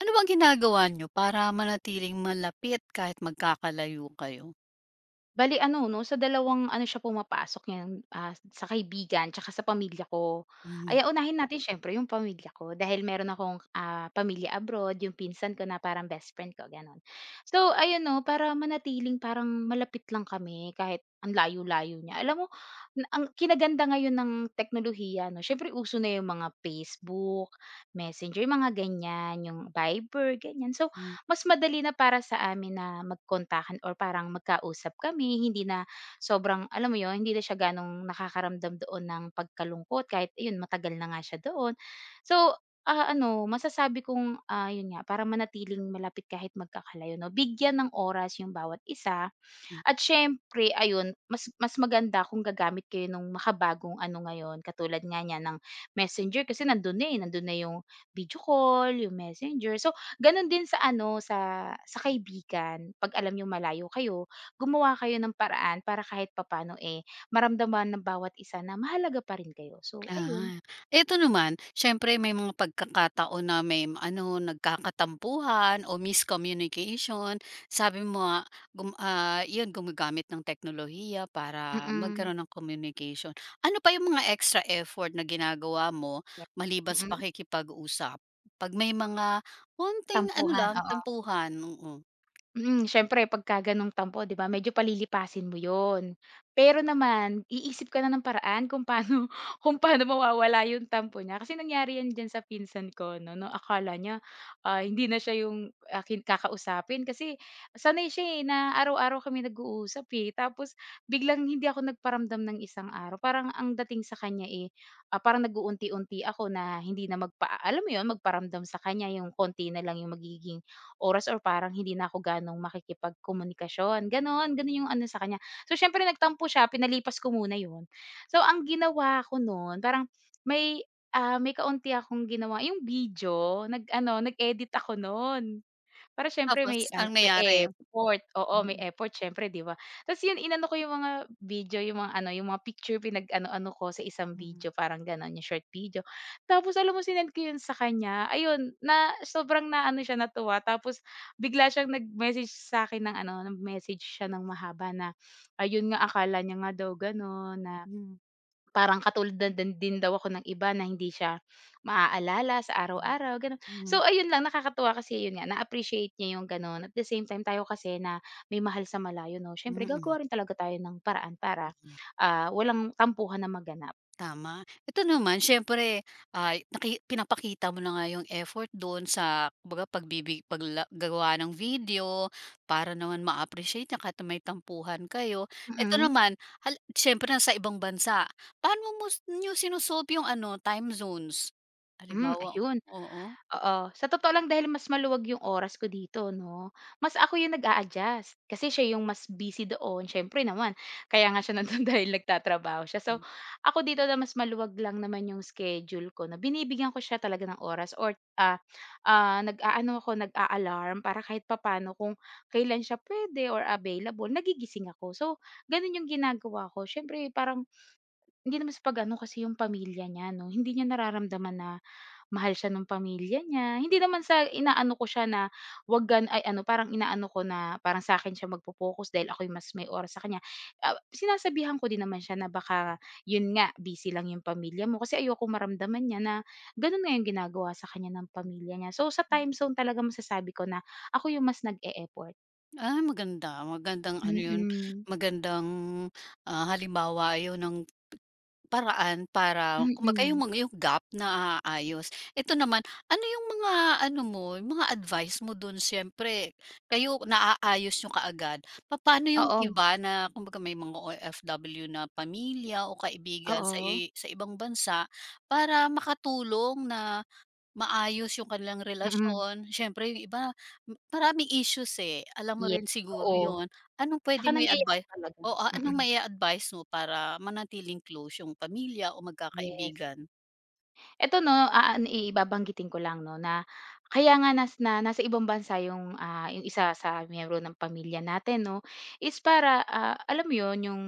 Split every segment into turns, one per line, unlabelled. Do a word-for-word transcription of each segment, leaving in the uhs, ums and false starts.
Ano bang ginagawa nyo para manatiling malapit kahit magkakalayo kayo?
Bale ano 'no, sa dalawang ano siya pumapasok ngayon, ah, sa kaibigan tsaka sa pamilya ko.
Hmm.
Ay, ah, unahin natin siyempre yung pamilya ko dahil meron akong, ah, pamilya abroad, yung pinsan ko na parang best friend ko, gano'n. So ayun 'no, para manatiling parang malapit lang kami kahit ang layo-layo niya. Alam mo na ang kinaganda ngayon ng teknolohiya 'no, siyempre uso na yung mga Facebook, Messenger, mga ganyan, yung Viber, ganyan. So
Mm.
mas madali na para sa amin na magkontakan or parang magkausap kami, hindi na sobrang alam mo yun, hindi na siya gano'ng nakakaramdam doon ng pagkalungkot kahit ayun matagal na nga siya doon. So, ah, ano masasabi kong, ah, yun nga para manatiling malapit kahit magkakalayo 'no, bigyan ng oras yung bawat isa
Hmm.
at siyempre ayun, mas mas maganda kung gagamit kayo ng makabagong ano ngayon, katulad nga niyan ng Messenger kasi nandun na, eh, nandun na yung video call, yung Messenger. So, ganun din sa ano, sa sa kaibigan, 'pag alam yung malayo kayo, gumawa kayo ng paraan para kahit papaano, eh, maramdaman ng bawat isa na mahalaga pa rin kayo. So ayun,
Ah, eto naman, siyempre may mga pagkakataon na may m- ano, nagkakatampuhan o miscommunication. Sabi mo nga, gum ah, 'yun gumagamit ng teknolohiya para
mm.
magkaroon ng communication. Ano pa yung mga extra effort na ginagawa mo
Yan,
maliban sa
mm,
pakikipag-usap? 'Pag may mga konting ano
tampuhan,
lang,
oo.
tampuhan, oo.
Mm, siyempre pagka gano'ng tampo 'di ba, medyo palilipasin mo 'yun. Pero naman iisip ka na ng paraan kung paano kung paano mawawala 'yung tampo niya. Kasi nangyari 'yan diyan sa pinsan ko 'no, no, akala niya, ah, hindi na siya 'yung, ah, kin kakausapin kasi sanay siya, eh, na araw-araw kami nag-uusap, eh. Tapos biglang hindi ako nagparamdam ng isang araw, parang ang dating sa kanya, eh, ah, parang nag-uunti-unti ako na hindi na magpa alam mo 'yun, magparamdam sa kanya, 'yung konti na lang 'yung magiging oras or parang hindi na ako ganong makikipagkomunikasyon, gano'n. Gano'n yung ano sa kanya. So, siyempre nagtampo siya, pinalipas ko muna 'yun. So, ang ginawa ko no'n parang may, ah, may kaunti akong ginawa yung video nag-ano, nag-edit ako no'n. Para siyempre
Tapos
may ano,
ang
may
nangyari?
effort, oo, may
Mm.
effort siyempre 'di ba? Tapos 'yun inano ko 'yung mga video, 'yung mga ano, 'yung mga picture pinag-ano-ano ko sa isang
Mhm.
video parang gano'n, 'yung short video. Tapos alam mo sinend ko 'yun sa kanya, ayun na sobrang na ano siya natuwa tapos bigla siyang nag-message sa akin ng ano, nag-message siya ng mahaba na, ayun nga akala niya nga daw gano'n na
Hmm.
parang katulad na din din daw ako ng iba na hindi siya maaalala sa araw-araw, gano'n.
Hmm.
So
Mhm.
ayun lang, nakakatuwa kasi yun nga, na-appreciate niya yung gano'n. At the same time, tayo kasi na may mahal sa malayo 'no, siyempre
Mm.
gagawa rin talaga tayo ng paraan para, ah, walang tampuhan na maganap.
Tama. Ito naman siyempre, ah, naki pinapakita mo na nga yung effort doon sa kumbaga pagbibig pagla ng video para naman ma-appreciate niya kahit na may tampuhan kayo. Ito
Mm-mm. Mm.
naman, hal syempre na sa ibang bansa, paano mo nyo sino-solve yung ano, time zones?
Hmm,
Halimbawa,
ayun.
oo.
Oo, sa totoo lang dahil mas maluwag yung oras ko dito 'no, mas ako yung nag-a-adjust kasi siya yung mas busy doon siyempre naman kaya nga siya nandun dahil nagtatrabaho siya. So, ako dito na mas maluwag lang naman yung schedule ko na binibigyan ko siya talaga ng oras or, ah, ah, nag-aano ako nag-a-alarm para kahit papaano kung kailan siya puwede or available nagigising ako. So, ganun yung ginagawa ko siyempre parang hindi naman sa pag-ano kasi yung pamilya niya 'no, hindi niya nararamdaman na mahal siya nung pamilya niya, hindi naman sa inaano ko siya na wag gan ay ano parang inaano ko na parang sa akin siya magfo-focus dahil ako yung mas may oras sa kanya. Ah, sinasabihan ko din naman siya na baka yun nga busy lang yung pamilya mo kasi ayokong maramdaman niya na ganun nga yung ginagawa sa kanya ng pamilya niya. So, sa time zone talaga masasabi ko na ako yung mas nag-e-effort.
Ah, maganda, magandang ano 'yun,
Mm,
magandang, ah, halimbawa 'yun ng paraan para kumbaga
mm.
yung mga yung gap na aayos. Ito naman, ano yung mga ano mo, yung mga advice mo dun siyempre kayo naaayos niyo kaagad. Papaano yung
Oo,
iba na kumbaga may mga o f w na pamilya o kaibigan sa
oo.
i sa ibang bansa para makatulong na maayos yung kanilang
Mm,
relasyon, siyempre yung iba m- maraming issues, eh, alam mo
yes,
rin siguro
oo.
yon. Anong puwede
Tsaka
mo
nangyayari
i-advice,
talaga.
oo, anong
Mm,
mai advice mo para manatiling close yung pamilya o
yes.
magkakaibigan?
Eto 'no, ah, i babanggitin ko lang 'no na kaya nga nas na nasa ibang bansa yung, ah, yung isa sa miyembro ng pamilya natin 'no, is para, ah, alam mo yun, yung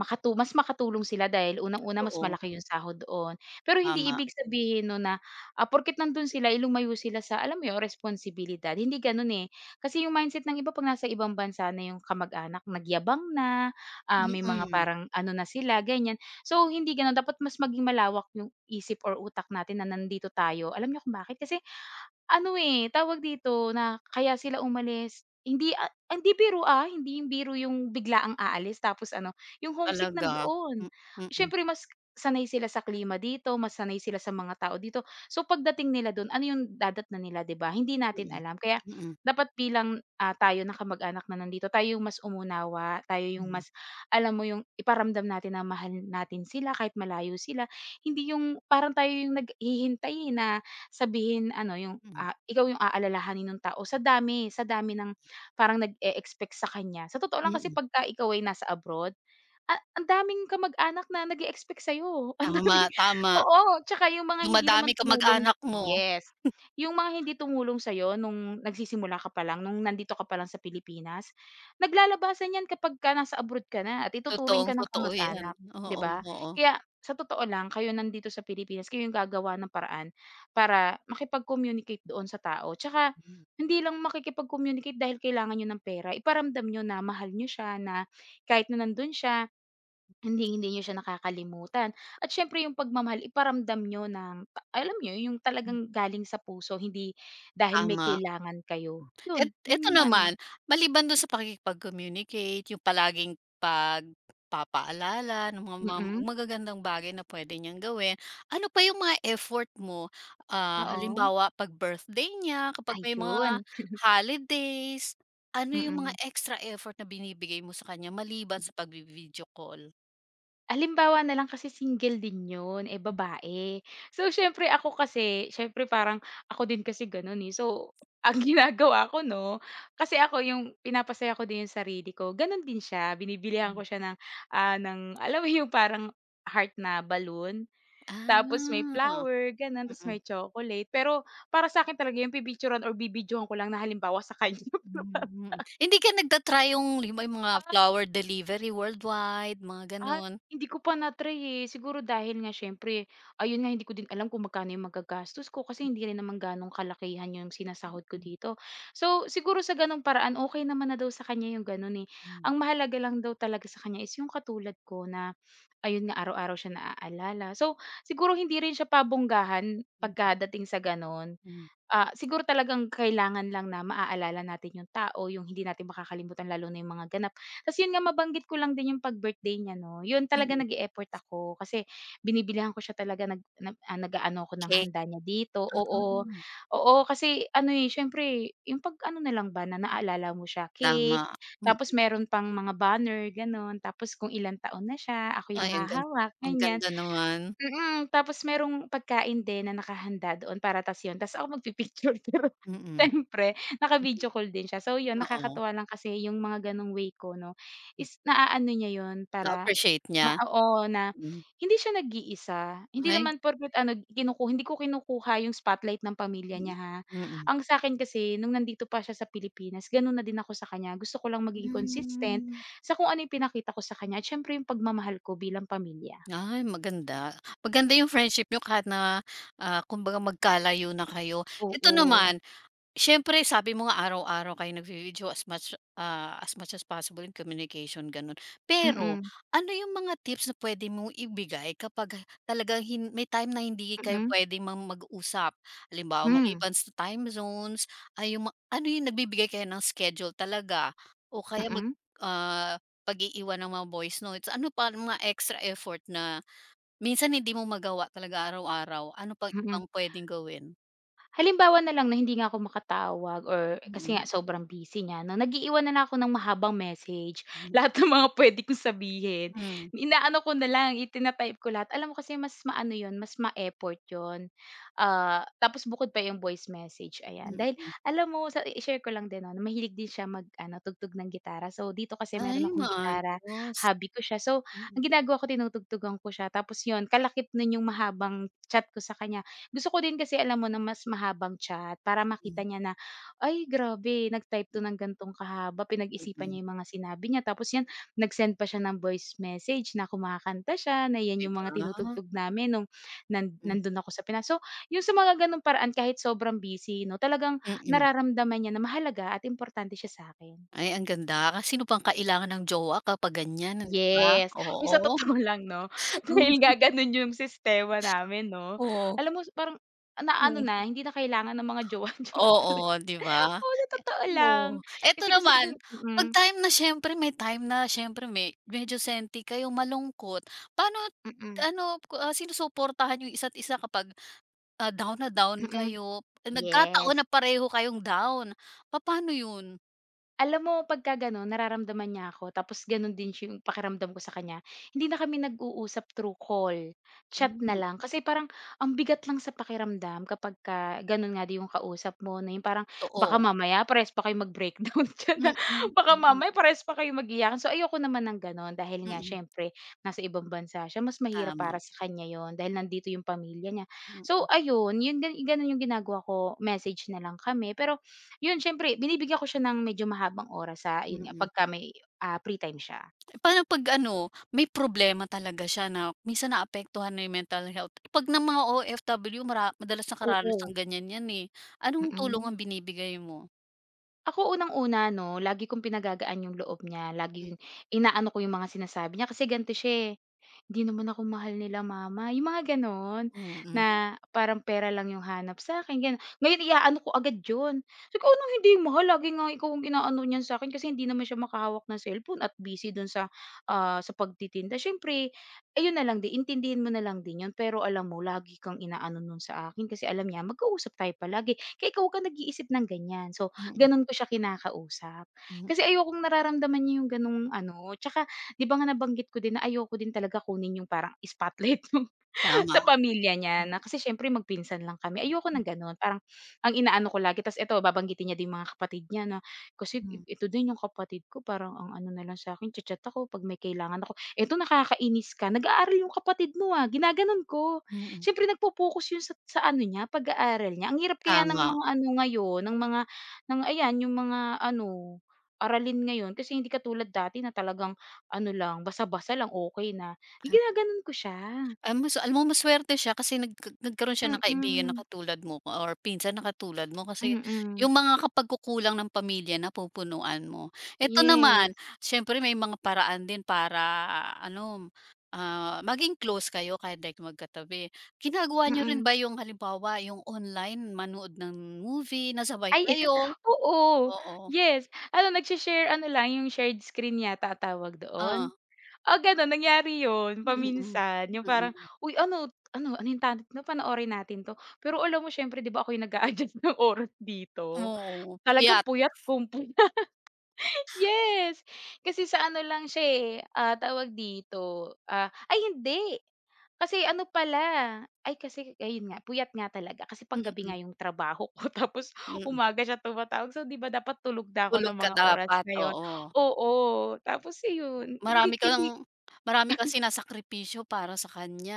makatu mas makatulong sila dahil unang-una mas
Totoo,
malaki yung sahod doon. Pero hindi
tama.
ibig sabihin 'no na, ah, porket nandun sila, eh, lumayo sila sa alam mo yun, responsibilidad, hindi ganon eh. Kasi yung mindset ng iba 'pag nasa ibang bansa na yung kamag-anak, nagyabang na, ah,
Mm.
may mga
Mm,
parang ano na sila, ganyan. So, hindi gano'n dapat mas maging malawak yung isip or utak natin na nandito tayo. Alam niyo kung bakit? Kasi ano, eh, tawag dito na kaya sila umalis hindi, ah, hindi biro, ah, hindi yung biro yung biglaang aalis tapos ano, yung homesick
talaga.
nandoon.
M mm,
Siyempre mas sanay sila sa klima dito, mas sanay sila sa mga tao dito. So pagdating nila dun ano yung dadatnan nila, 'di ba? Hindi natin
mm,
alam kaya
mm,
dapat bilang, ah, tayo na kamag-anak na nandito tayo yung mas umunawa, tayo yung
mm,
mas alam mo yung iparamdam natin na mahal natin sila kahit malayo sila. Hindi yung parang tayo yung naghihintay, eh, na sabihin ano yung,
mm,
ah, ikaw yung aalalahanin nung tao sa dami, sa dami ng parang nag-e-expect sa kanya. Sa totoo lang kasi
mm.
pagka ikaw ay nasa abroad, A ang daming kamag-anak na nag-e-expect sa'yo, ang
Tama,
daming
tama.
oo, tsaka yung mga hindi
Dumadami
naman
ka mag
tumulong
anak mo,
yes, yung mga hindi tumulong sa'yo nung nagsisimula ka pa lang, nung nandito ka pa lang sa Pilipinas, naglalabasan 'yan kapagka nasa abroad ka na at ituturing ka ng
totoong-totoo yan.
kamag-anak, 'di
Oo,
ba?
oo.
Kaya sa totoo lang kayo nandito sa Pilipinas, kayo yung gagawa ng paraan para makipag-communicate doon sa tao tsaka hindi lang makikipag-communicate dahil kailangan niyo ng pera, iparamdam niyo na mahal niyo siya, na kahit na nandun siya hindi hindi niyo siya nakakalimutan at siyempre yung pagmamahal iparamdam niyo ng ta- alam niyo yung
Hmm,
talagang galing sa puso hindi dahil may
tama.
kailangan kayo. Yun,
Et
yun
eto
yung ano
naman, maliban dun sa pakikipag-communicate, yung palaging pagpapaalala ng mga mam
mm,
magagandang bagay na puwede niyang gawin, ano pa yung mga effort mo? Ah,
oo.
halimbawa 'pag birthday niya, kapag may mga
Ayun,
holidays, ano yung mga
mm.
extra effort na binibigay mo sa kanya maliban sa pagvi-video call?
Halimbawa na lang kasi single din 'yun, eh, babae. So siyempre ako kasi, siyempre parang ako din kasi gano'n, eh. So ang ginagawa ko 'no, kasi ako yung pinapasaya ko din yung sarili ko, gano'n din siya. Binibilihan
Hmm,
ko siya ng, ah, ng alam mo yung parang heart na balloon,
ah,
tapos may flower gano'n, tapos
mm.
may chocolate. Pero para sa akin talaga yung pipicturan or bibidyohan ko lang na halimbawa sa kanya.
Hmm, hindi ka nagta-try yung halimbawa yung mga flower delivery worldwide, mga
Ah,
gano'n?
hindi ko pa na-try, eh. Siguro dahil nga siyempre ayun nga hindi ko din alam kung magkano yung magagastos ko kasi hindi rin naman gaanong kalakihan yung sinasahod ko dito. So, siguro sa gano'ng paraan okay naman na daw sa kanya yung gano'n, eh.
Mm.
Ang mahalaga lang daw talaga sa kanya is yung katulad ko na ayun nga araw-araw siya naaalala. So, siguro hindi rin siya pabonggahan pagkadating sa gano'n.
Mm.
Ah, siguro talagang kailangan lang na maaalala natin yung tao, yung hindi natin makakalimutan lalo na yung mga ganap. Tapos yun nga mabanggit ko lang din yung pag-birthday niya 'no, yun talaga
Mm,
nag effort ako kasi binibilihan ko siya talaga nag nag ah, nag-aano ako ng
cake,
handa niya dito, oo.
ah,
Oo, kasi ano, eh, siyempre yung 'pag ano na lang ba na naalala mo siya,
tama.
cake,
Hmm,
tapos meron pang mga banner gano'n, tapos kung ilang taon na siya, ako yung
ay ang gan
hahawak,
ang
ganyan.
ganda naman.
Mm, tapos merong pagkain din na nakahanda doon para tas yun, tas ako magpi-picture pero
Mm,
siyempre naka-video
mm,
call din siya. So yun,
oo.
nakakatuwa lang kasi yung mga ganong way ko 'no,
Hmm,
is naaano niya yun para
na-appreciate niya?
ma oo, na
Hmm,
hindi siya nag-iisa. Hindi
ay,
naman porket ano kinuku hindi ko kinukuha yung spotlight ng pamilya
mm,
niya ha.
mm.
Ang sa'kin kasi nung nandito pa siya sa Pilipinas ganun na din ako sa kanya. Gusto ko lang maging consistent
Hmm,
sa kung ano yung pinakita ko sa kanya at siyempre yung pagmamahal ko bilang pamilya,
ay maganda. Maganda yung friendship niyo kahit na, ah, kumbaga magkalayo na kayo. Ito
oo.
naman. Siyempre sabi mo nga araw-araw kayo nagvi-video as much, ah, as much as possible in communication gano'n.
Mm,
Pero
mm,
ano yung mga tips na puwede mong ibigay kapag talagang hin may time na hindi kayo
hmm,
puwedeng mang mag-usap? Halimbawa
hmm,
maliban sa time zones ay yung ma ano yung nagbibigay kayo ng schedule talaga o kaya mag, ah, pag-iiwan ng mga voice notes. Ano pa ang mga extra effort na minsan hindi mo magawa talaga araw-araw? Ano pang
mm, mm.
ibang puwedeng gawin?
Halimbawa na lang na hindi nga ako makatawag or kasi
Mm,
nga sobrang busy niya 'no, nag-iiwan na lang ako ng mahabang message.
hmm,
Lahat ng mga puwede kong sabihin,
hmm,
inaano ko na lang, itina-type ko lahat. Alam mo kasi mas maano 'yun, mas ma-effort 'yun. Ah, tapos bukod pa yung voice message, ayan. Dahil
mm.
alam mo sa i-share ko lang din 'no, na mahilig din siya mag-ano, tugtog ng gitara. So, dito kasi
Ay,
meron akong gitara,
maayos.
hobby ko siya. So,
Mm,
ang ginagawa ko tinutugtugan ko siya tapos 'yun kalakip nun yung mahabang chat ko sa kanya. Gusto ko din kasi alam mo na mas mahabang chat para makita niya na, "Ay grabe nag-type 'to ng gan'tong kahaba, pinag-isipan
mm,
niya yung mga sinabi niya tapos 'yan nag-send pa siya ng voice message na kumakanta siya na 'yan
'di
yung mga
ba?
tinutugtog namin nung nan
Hmm,
nandun ako sa Pinas." So, yung sa mga gano'ng paraan kahit sobrang busy 'no, talagang
mm.
nararamdaman niya na mahalaga at importante siya sa akin.
Ay, ang ganda. Sino bang kailangan ng jowa kapag ganyan, hindi ba?
Yes. Uy, sa
Oo.
totoo lang 'no, dahil nga gano'n yung sistema namin 'no,
Oo,
alam mo parang naano
hmm,
na, hindi na kailangan ng mga jowa-jowa talaga.
oo, 'di ba?
Oo, sa totoo lang.
Oo. Eto
Kasi gusto ko din
naman, 'pag
mm,
time na siyempre may time na siyempre me medyo senti kayo, malungkot. Paano
mm, mm.
ano, ku- ah, sinusuportahan yung isa't isa kapag, ah, down na down
Mm.
kayo, nagkataon
Yes.
na pareho kayong down. Paano yun?
Alam mo pagka gano'n nararamdaman niya ako, tapos gano'n din siya yung pakiramdam ko sa kanya, hindi na kami nag-uusap through call, chat na
Mhm,
lang. Kasi parang ang bigat lang sa pakiramdam kapagka gano'n nga din yung kausap mo, na yung parang baka
totoo.
mamaya parehas pa kayo mag-breakdown diyan,
Mm,
na baka mamaya
mm,
parehas pa kayo mag-iyakan. So, ayoko naman ng gano'n dahil
mm,
nga
mm.
siyempre nasa ibang bansa siya, mas mahirap
Tama.
para sa kanya yon dahil nandito yung pamilya niya.
M
So ayun, yun gano'n yung ginagawa ko, message na lang kami, pero yun siyempre binibigyan ko siya ng medyo mahabang oras sa ayun nga
mm.
pagka may, ah, free time siya.
Eh, paano 'pag ano, may problema talaga siya na minsan naapektuhan na yung mental health. 'Pag ng mga o f w mara madalas nakaranas
Oo.
ng ganyan 'yan, eh. Anong tulong
Mm.
ang binibigay mo?
Ako unang-una 'no, lagi kong pinagagaan yung loob niya,
Hmm,
laging inaano ko yung mga sinasabi niya kasi ganito siya, eh, "Hindi naman ako mahal nila mama." Yung mga gano'n,
mm,
na parang pera lang yung hanap sa akin gano'n. Ngayon iaano ko agad 'yun, sabi ko, "Anong hindi mahal, lagi nga ikaw ang inaano niyan sa akin. Kasi hindi naman siya makahawak ng cellphone at busy do'n sa, ah, sa pagtitinda. Siyempre, ayun na lang din, intindihin mo na lang din 'yun, pero alam mo lagi kang inaano no'n sa akin kasi alam niya magkausap tayo palagi, kaya ikaw ka nag-iisip ng ganiyan." So,
mm,
gano'n ko siya kinakausap.
mm,
Kasi ayokong nararamdaman niya yung gano'ng ano, 'tsaka 'di ba nga nabanggit ko din na ayoko din talaga kunin yung parang spotlight
tama.
sa pamilya niya
Mm,
na, kasi siyempre magpinsan lang kami. Ayoko ng gano'n, parang ang inaano ko lagi ta's eto, babanggitin niya din yung mga kapatid niya na, "Kasi
mm,
i- ito din yung kapatid ko, parang ang ano na lang sa'kin, cha-chat ako 'pag may kailangan ako." "Eto nakakainis ka, nag-aaral yung kapatid mo, ah." Ginagano'n ko.
mm,
Siyempre nagpo-focus yun sa sa ano niya, pag-aaral niya. Ang hirap kaya ng
tama.
mga ano ngayon, ng mga, ng ayan yung mga ano, aralin ngayon kasi hindi katulad dati na talagang ano lang, basa-basa lang okay na. Yung ginagano'n ko siya.
Ah, mas alam mo masuwerte siya kasi nagka nagkaroon siya ng kaibigan na
Mm,
katulad mo or pinsan na katulad mo kasi
mm.
yung mga ka pagkukulang ng pamilya napupunuan mo. Ito naman,
Yes,
siyempre may mga paraan din para ano, ah, maging close kayo kahit di magkatabi. Ginagawa niyo rin
mm.
ba yung halimbawa yung online manood ng movie na sabay
Ay,
kayo?
oo,
Oo,
yes. Ano, nagshi-share ano lang, yung shared screen yata tawag doon?
ah,
Oh, gano'n, nangyari yun
mm,
paminsan. Yung parang,
mm.
"Uy, ano ano ano yung topic na panoorin natin 'to." Pero alam mo siyempre 'di ba ako yung nag-a-adjust ng oras dito.
Oo,
Talagang
puyat,
puyat, kung yes, kasi sa ano lang siya, eh, ah, tawag dito, ah ay hindi, kasi ano pala, ay kasi ayun nga, puyat nga talaga kasi panggabi
mm,
nga yung trabaho ko tapos
mm.
umaga siya tumatawag. So, 'di ba dapat tulog na ako
Tulog
ng
ka
mga oras
dapat,
na yun.
oo.
Oo, tapos iyon, hindi
Marami
hindi
kang Marami kang sinasakripisyo para sa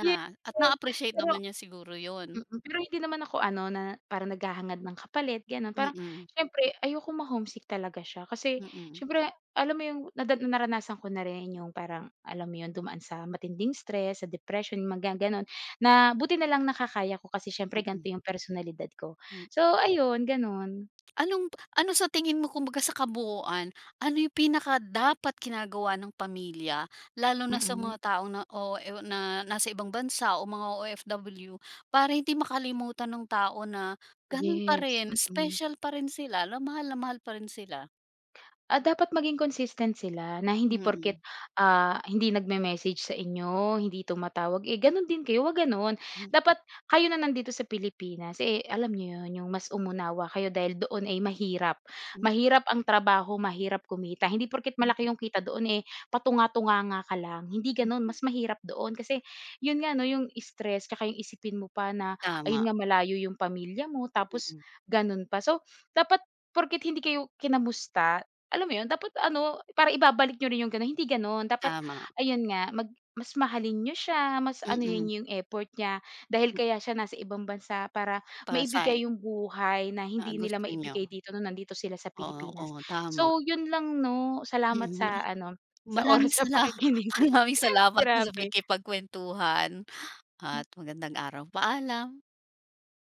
yes.
at na-appreciate naman
Pero
niya siguro yun.
mm, pero hindi naman ako ano na parang naghahangad ng kapalit gano'n. Parang
Mm,
siyempre ayokong ma-homesick talaga siya kasi
mm,
siyempre alam mo yung nada naranasan ko na rin, yung parang alam mo yun, dumaan sa matinding stress, sa depression, mga gano'n, na buti na lang nakakaya ko kasi siyempre
mm,
ganito yung personalidad ko.
hmm.
So ayun gano'n.
Anong ano sa tingin mo kumbaga sa kabuuan, ano yung pinaka dapat ginagawa ng pamilya lalo na sa mga
Mm.
taong na o ew na nasa ibang bansa o mga o f w para hindi makalimutan ng tao na ganon pa
Yes,
rin,
mm.
special pa rin sila, na mahal na mahal pa rin sila?
Ah, dapat maging consistent sila na
Mm,
hindi
hmm,
porket, ah, hindi nagme-message sa inyo, hindi tumatawag, eh, gano'n din kayo, huwag gano'n.
hmm,
Dapat kayo na nandito sa Pilipinas, eh, alam niyo 'yun, yung mas umunawa kayo dahil doon ay mahirap.
mm,
Mahirap ang trabaho, mahirap kumita, hindi porket
mm.
malaki yung kita doon, eh, patunga-tunganga ka lang, hindi gano'n,
Mm.
mas mahirap doon. Kasi 'yun nga 'no, yung stress tsaka yung isipin mo pa na
Tama,
ayun nga, malayo yung pamilya mo tapos
mm,
gano'n pa. So, dapat porket hindi kayo kinamusta, alam mo 'yun, dapat ano, para ibabalik niyo rin yung gano'n, hindi gano'n. Dapat
tama.
ayun nga, mag, mas mahalin niyo siya, mas anuhin
Mm,
niyo yung effort niya, dahil
m
kaya siya nasa ibang bansa para
pasay,
maibigay yung buhay na
ah,
hindi nila
gusto niyo.
maibigay dito nung nandito sila sa
Oo,
Pilipinas.
oo, tama.
So, 'yun lang 'no, salamat
Mm,
sa ano, sa
maraming
oras sa
sala
pakikinig.
maraming salamat din sa
Grabe.
pakikipagkuwentuhan at magandang araw. Paalam.